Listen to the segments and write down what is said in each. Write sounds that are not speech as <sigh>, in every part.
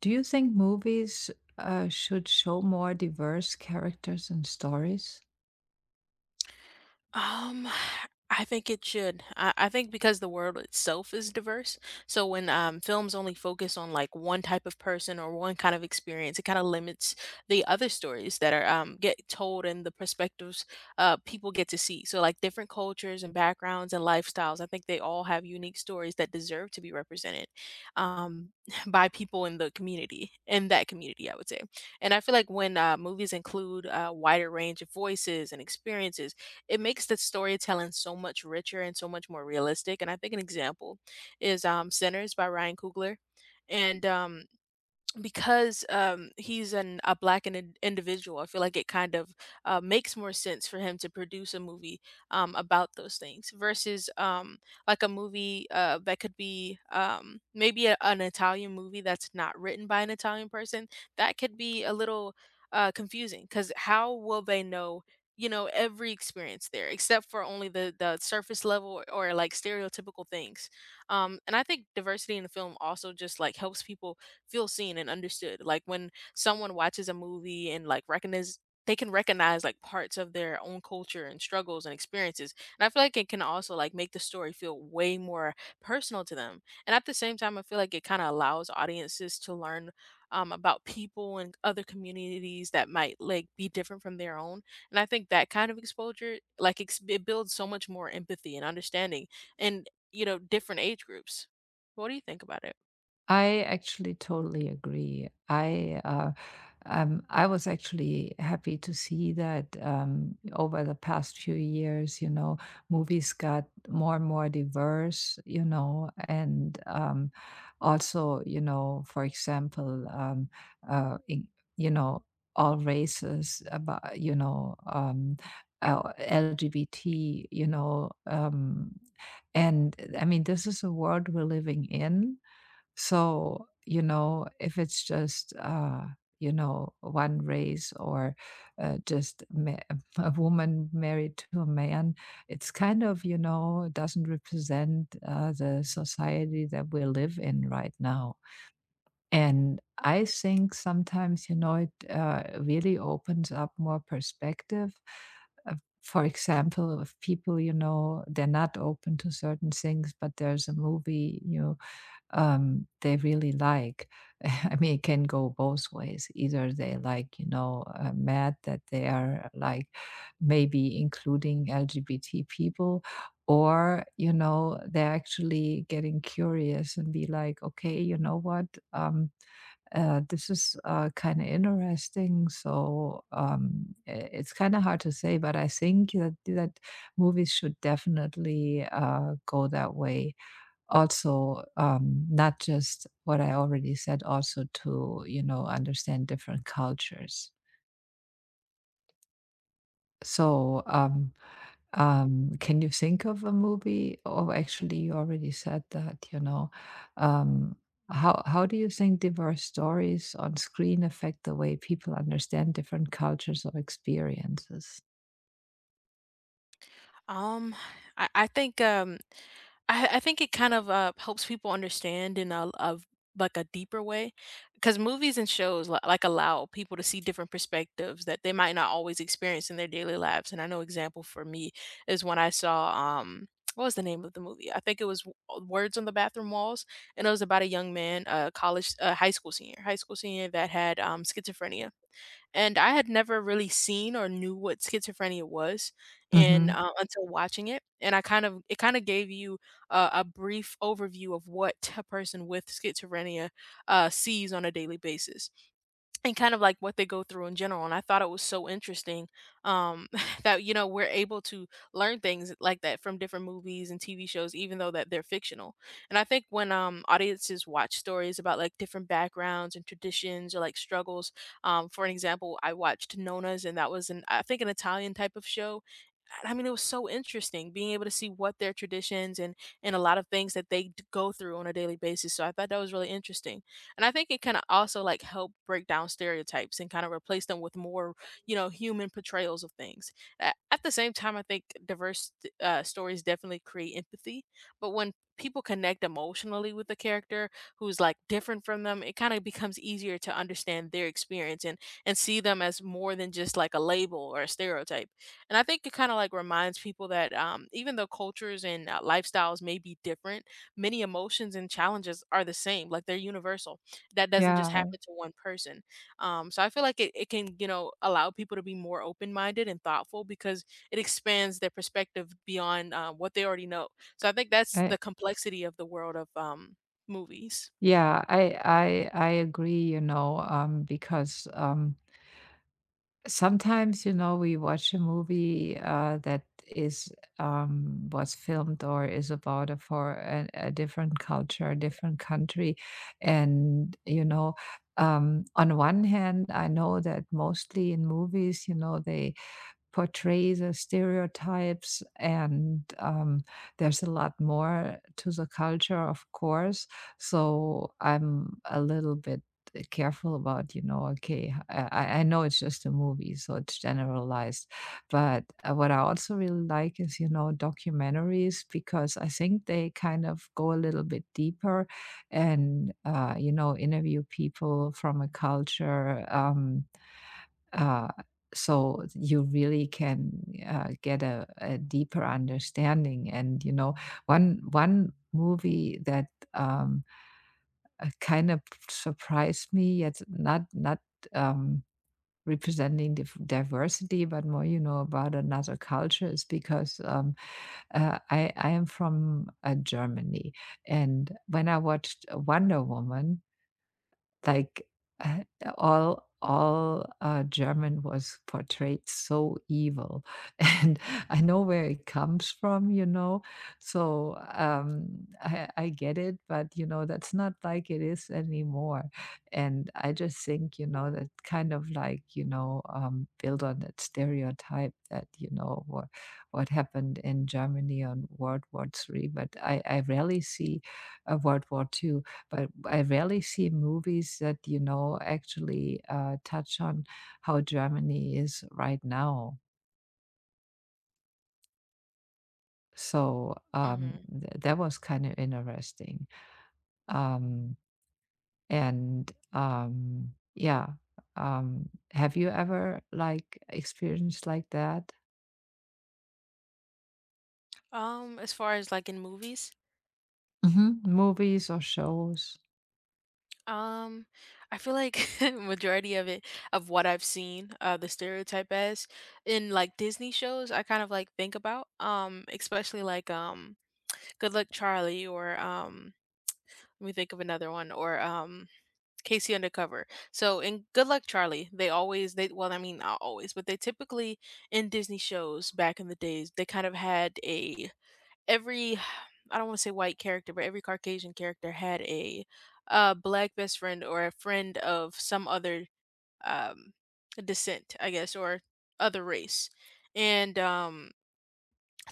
Do you think movies should show more diverse characters and stories? Um, I think it should. I think because the world itself is diverse. So when films only focus on like one type of person or one kind of experience, it kind of limits the other stories that are get told and the perspectives people get to see. So like different cultures and backgrounds and lifestyles, I think they all have unique stories that deserve to be represented um <laughs> by people in the community, in that community, I would say. And I feel like when movies include a wider range of voices and experiences, it makes the storytelling so much richer and so much more realistic. And I think an example is Sinners by Ryan Coogler. And because he's an a black individual. I feel like it kind of makes more sense for him to produce a movie about those things versus like a movie that could be maybe an Italian movie that's not written by an Italian person. That could be a little confusing. Because how will they know every experience there, except for only the surface level, or like stereotypical things. And I think diversity in the film also just like helps people feel seen and understood. Like when someone watches a movie and like recognize they can recognize like parts of their own culture and struggles and experiences. And I feel like it can also like make the story feel way more personal to them. And at the same time, I feel like it kind of allows audiences to learn about people and other communities that might like be different from their own. And I think that kind of exposure, it builds so much more empathy and understanding and, different age groups. What do you think about it? I actually totally agree. I was actually happy to see that over the past few years, you know, movies got more and more diverse, you know, and also, you know, for example, in, you know, all races, about you know, LGBT, you know, and I mean, this is a world we're living in so, you know, if it's just, you know, one race or just <laughs> a woman married to a man, it's kind of, you know, doesn't represent the society that we live in right now. And I think sometimes, you know, it really opens up more perspective. Uh, For example, if people, you know, they're not open to certain things, but there's a movie, you they really like. <laughs> I mean, it can go both ways. Either they like, you know, mad that they are like maybe including LGBT people, or, you know, they're actually getting curious and be like, okay, you know what? Um, this is kind of interesting. So it's kind of hard to say, but I think that movies should definitely go that way also not just what I already said, also to you know understand different cultures. So, um, can you think of a movie? Or actually, you already said that. You know, um, how do you think diverse stories on screen affect the way people understand different cultures or experiences? Um, I, I think um, I think it kind of helps people understand in a, of like a deeper way, because movies and shows like allow people to see different perspectives that they might not always experience in their daily lives. And I know example for me is when I saw what was the name of the movie? I think it was Words on the Bathroom Walls, and it was about a young man, a high school senior that had schizophrenia, and I had never really seen or knew what schizophrenia was, and, Mhm. Until watching it, and I kind of it kinda gave you a brief overview of what a person with schizophrenia sees on a daily basis and kind of like what they go through in general. And I thought it was so interesting, um, <laughs> that you know we're able to learn things like that from different movies and TV shows, even though that they're fictional. And I think when audiences watch stories about like different backgrounds and traditions or like struggles, for an example, I watched Nona's, and that was an I think an Italian type of show. I mean, it was so interesting being able to see what their traditions and a lot of things that they go through on a daily basis. So I thought that was really interesting, and I think it kind of also like help break down stereotypes and kind of replace them with more, you know, human portrayals of things. At the same time, I think diverse stories definitely create empathy, but when people connect emotionally with a character who's like different from them, it kind of becomes easier to understand their experience and see them as more than just like a label or a stereotype. And I think it kinda, like, reminds people that, even though cultures and, lifestyles may be different, many emotions and challenges are the same, like, they're universal. That doesn't just Yeah, happen to one person. So I feel like it can, you know, allow people to be more open-minded and thoughtful, because it expands their perspective beyond, what they already know. So I think I that's I the complexity of the world of, movies. I agree, you know, because, sometimes, you know, we watch a movie that is was filmed or is about a for a different culture, a different country, and you know, on one hand, I know that mostly in movies, you know, they portray the stereotypes and there's a lot more to the culture of course, so I'm a little bit careful about you know okay I know it's just a movie so it's generalized, but what I also really like is you know documentaries because I think they kind of go a little bit deeper and you know interview people from a culture, um, uh, so you really can get a deeper understanding. And you know, one movie that um, kind of surprised me, yet not um, representing the diversity, but more you know about another culture is because I am from Germany, and when I watched Wonder Woman, like, uh, all German was portrayed so evil, <laughs> and I know where it comes from, you know? So, I get it, but, you know, that's not like it is anymore, and I just think, you know, that kind of like, you know, build on that stereotype that, you know, what happened in Germany on World War III, but I rarely see a World War II, but I rarely see movies that, you know, actually touch on how Germany is right now. So Mhm. That was kind of interesting. Um, and yeah, have you ever like experienced like that? As far as, like, in movies? Hmm. Movies or shows? Um, I feel like <laughs> majority of it, of what I've seen, the stereotype as in like Disney shows, I kind of like think about, especially Good Luck Charlie, or let me think of another one, or Casey Undercover. So in Good Luck Charlie, they always they well, I mean not always, but they typically, in Disney shows back in the days, they kind of had a every <sighs> I don't want to say white character, but every Caucasian character had a black best friend or a friend of some other um, descent, I guess, or other race. And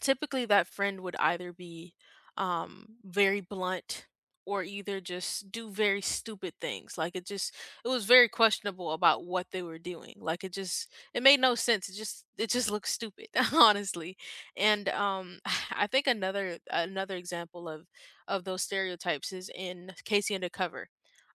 Typically that friend would either be very blunt, or either just do very stupid things. It was very questionable about what they were doing. It made no sense. It just looked stupid <laughs> honestly. And <sighs> I think another example of those stereotypes is in Casey Undercover.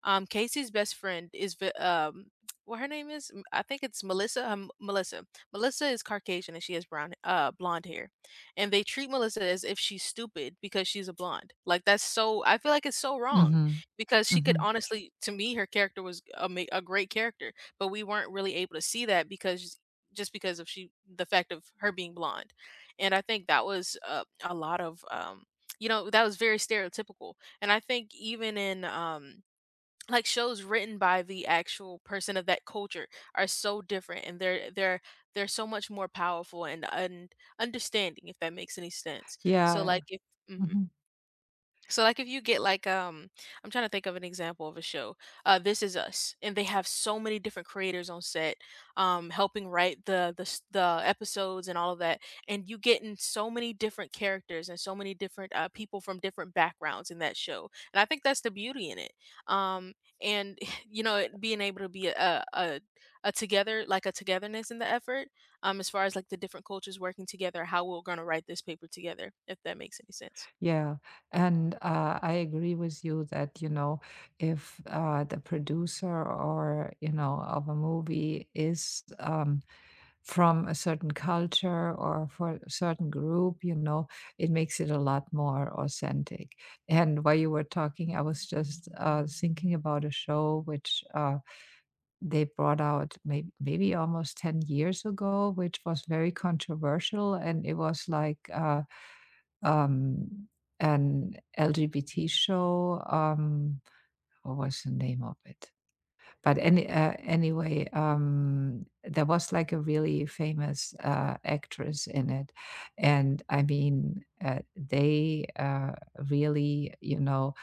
Casey's best friend is what her name is, I think it's Melissa. Melissa is Caucasian and she has brown blonde hair, and they treat Melissa as if she's stupid because she's a blonde. Like that's so, I feel like it's so wrong, Hmm, because she could hmm. honestly, to me, her character was a great character, but we weren't really able to see that because just because of she the fact of her being blonde. And I think that was a lot of, um, that was very stereotypical. And I think even in like shows written by the actual person of that culture are so different, and they're so much more powerful and understanding, if that makes any sense. So Yeah. like if Mhm. Mhm. So like if you get like I'm trying to think of an example of a show. This Is Us, and they have so many different creators on set helping write the episodes and all of that, and you get in so many different characters and so many different people from different backgrounds in that show. And I think that's the beauty in it. Um and <laughs> you know it being able to be a together, like a togetherness in the effort, as far as like the different cultures working together, how we're going to write this paper together, if that makes any sense. Yeah, and I agree with you that, you know, if the producer or, you know, of a movie is from a certain culture or for a certain group, you know, it makes it a lot more authentic. And while you were talking, I was just thinking about a show which they brought out maybe almost 10 years ago, which was very controversial. And it was like, um, an LGBT show. What was the name of it? But anyway, there was like a really famous actress in it, and I mean, they really, you know,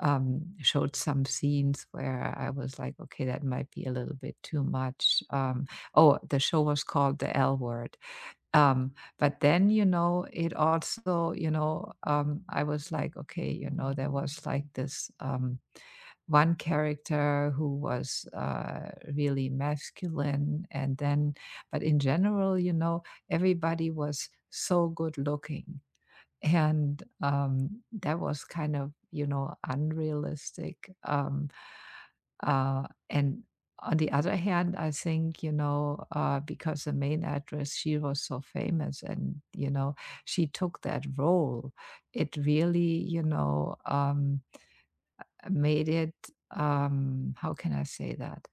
showed some scenes where I was like, okay, that might be a little bit too much. Oh, the show was called The L Word, but then, you know, it also, you know, I was like, okay, you know, there was like this one character who was really masculine. And then, but in general, you know, everybody was so good looking. And that was kind of, you know, unrealistic. Uh, and on the other hand, I think, you know, because the main actress, she was so famous and, you know, she took that role. It really, you know, made it, how can I say that,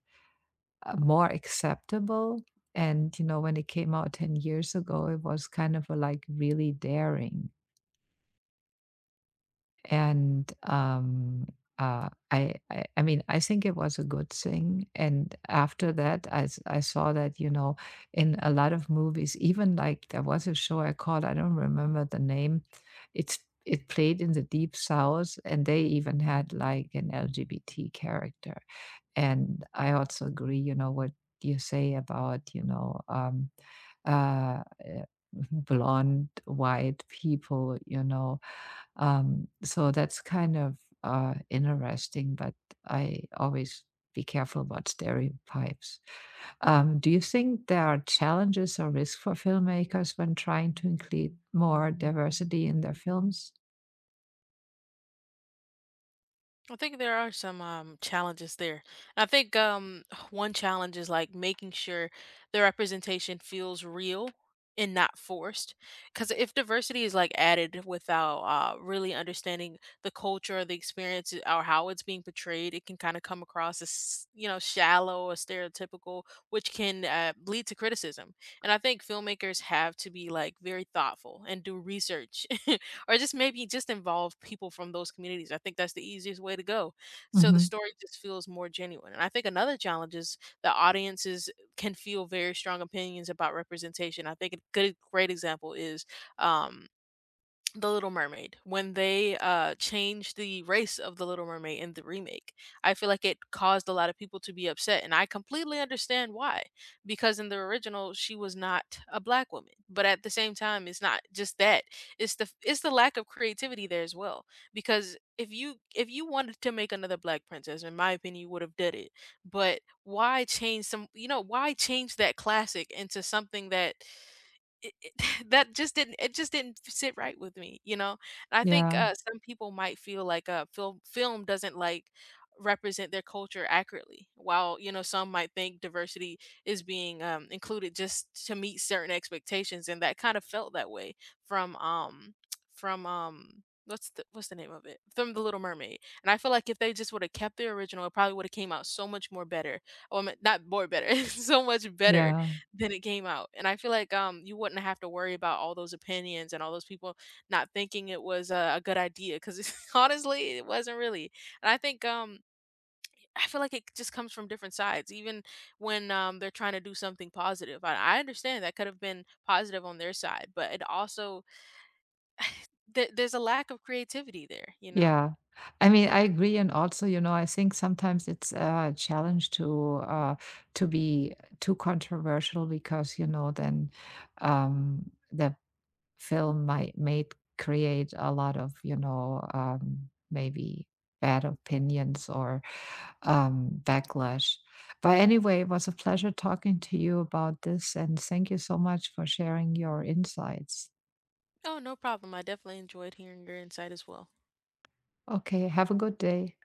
more acceptable. And, you know, when it came out 10 years ago, it was kind of a, like really daring. And, I mean, I think it was a good thing. And after that, I saw that you know, in a lot of movies, even like there was a show I called, I don't remember the name. It's it played in the deep south, and they even had like an LGBT character. And I also agree, you know, what you say about you know, uh, uh, <laughs> blonde white people, you know, so that's kind of interesting, but I always be careful about stereotypes. Do you think there are challenges or risks for filmmakers when trying to include more diversity in their films? I think there are some challenges there. I think <sighs> one challenge is like making sure the representation feels real and not forced. Because if diversity is like added without really understanding the culture, or the experience, or how it's being portrayed, it can kind of come across as, you know, shallow or stereotypical, which can lead to criticism. And I think filmmakers have to be like very thoughtful and do research <laughs> or just maybe just involve people from those communities. I think that's the easiest way to go, so the Hmm. story just feels more genuine. And I think another challenge is the audiences can feel very strong opinions about representation. I think a good great example is um the Little Mermaid. When they, changed the race of the Little Mermaid in the remake, I feel like it caused a lot of people to be upset, and I completely understand why, because in the original, she was not a black woman. But at the same time, it's not just that, it's the lack of creativity there as well. Because if you wanted to make another black princess, in my opinion, you would have did it. But why change some, you know, why change that classic into something that it <laughs> that just didn't, it just didn't sit right with me, you know? And I think, Yeah, some people might feel like a film doesn't, like, represent their culture accurately, while, you know, some might think diversity is being, included just to meet certain expectations. And that kind of felt that way from, what's the name of it? From The Little Mermaid. And I feel like if they just would've kept the original, it probably would've came out so much more better. Not more better, <laughs> so much better yeah, then it came out. And I feel like, you wouldn't have to worry about all those opinions and all those people not thinking it was a good idea, because <laughs> honestly, it wasn't really. And I think, I feel like it just comes from different sides, even when, they're trying to do something positive. I understand that could have been positive on their side, but it also, there's a lack of creativity there, you know? yeah. I mean, I agree, and also, you know, I think sometimes it's a challenge to be too controversial because, you know, then the film might made create a lot of you know maybe bad opinions or backlash. But anyway, it was a pleasure talking to you about this, and thank you so much for sharing your insights. Oh, no problem. I definitely enjoyed hearing your insight as well. Okay, have a good day.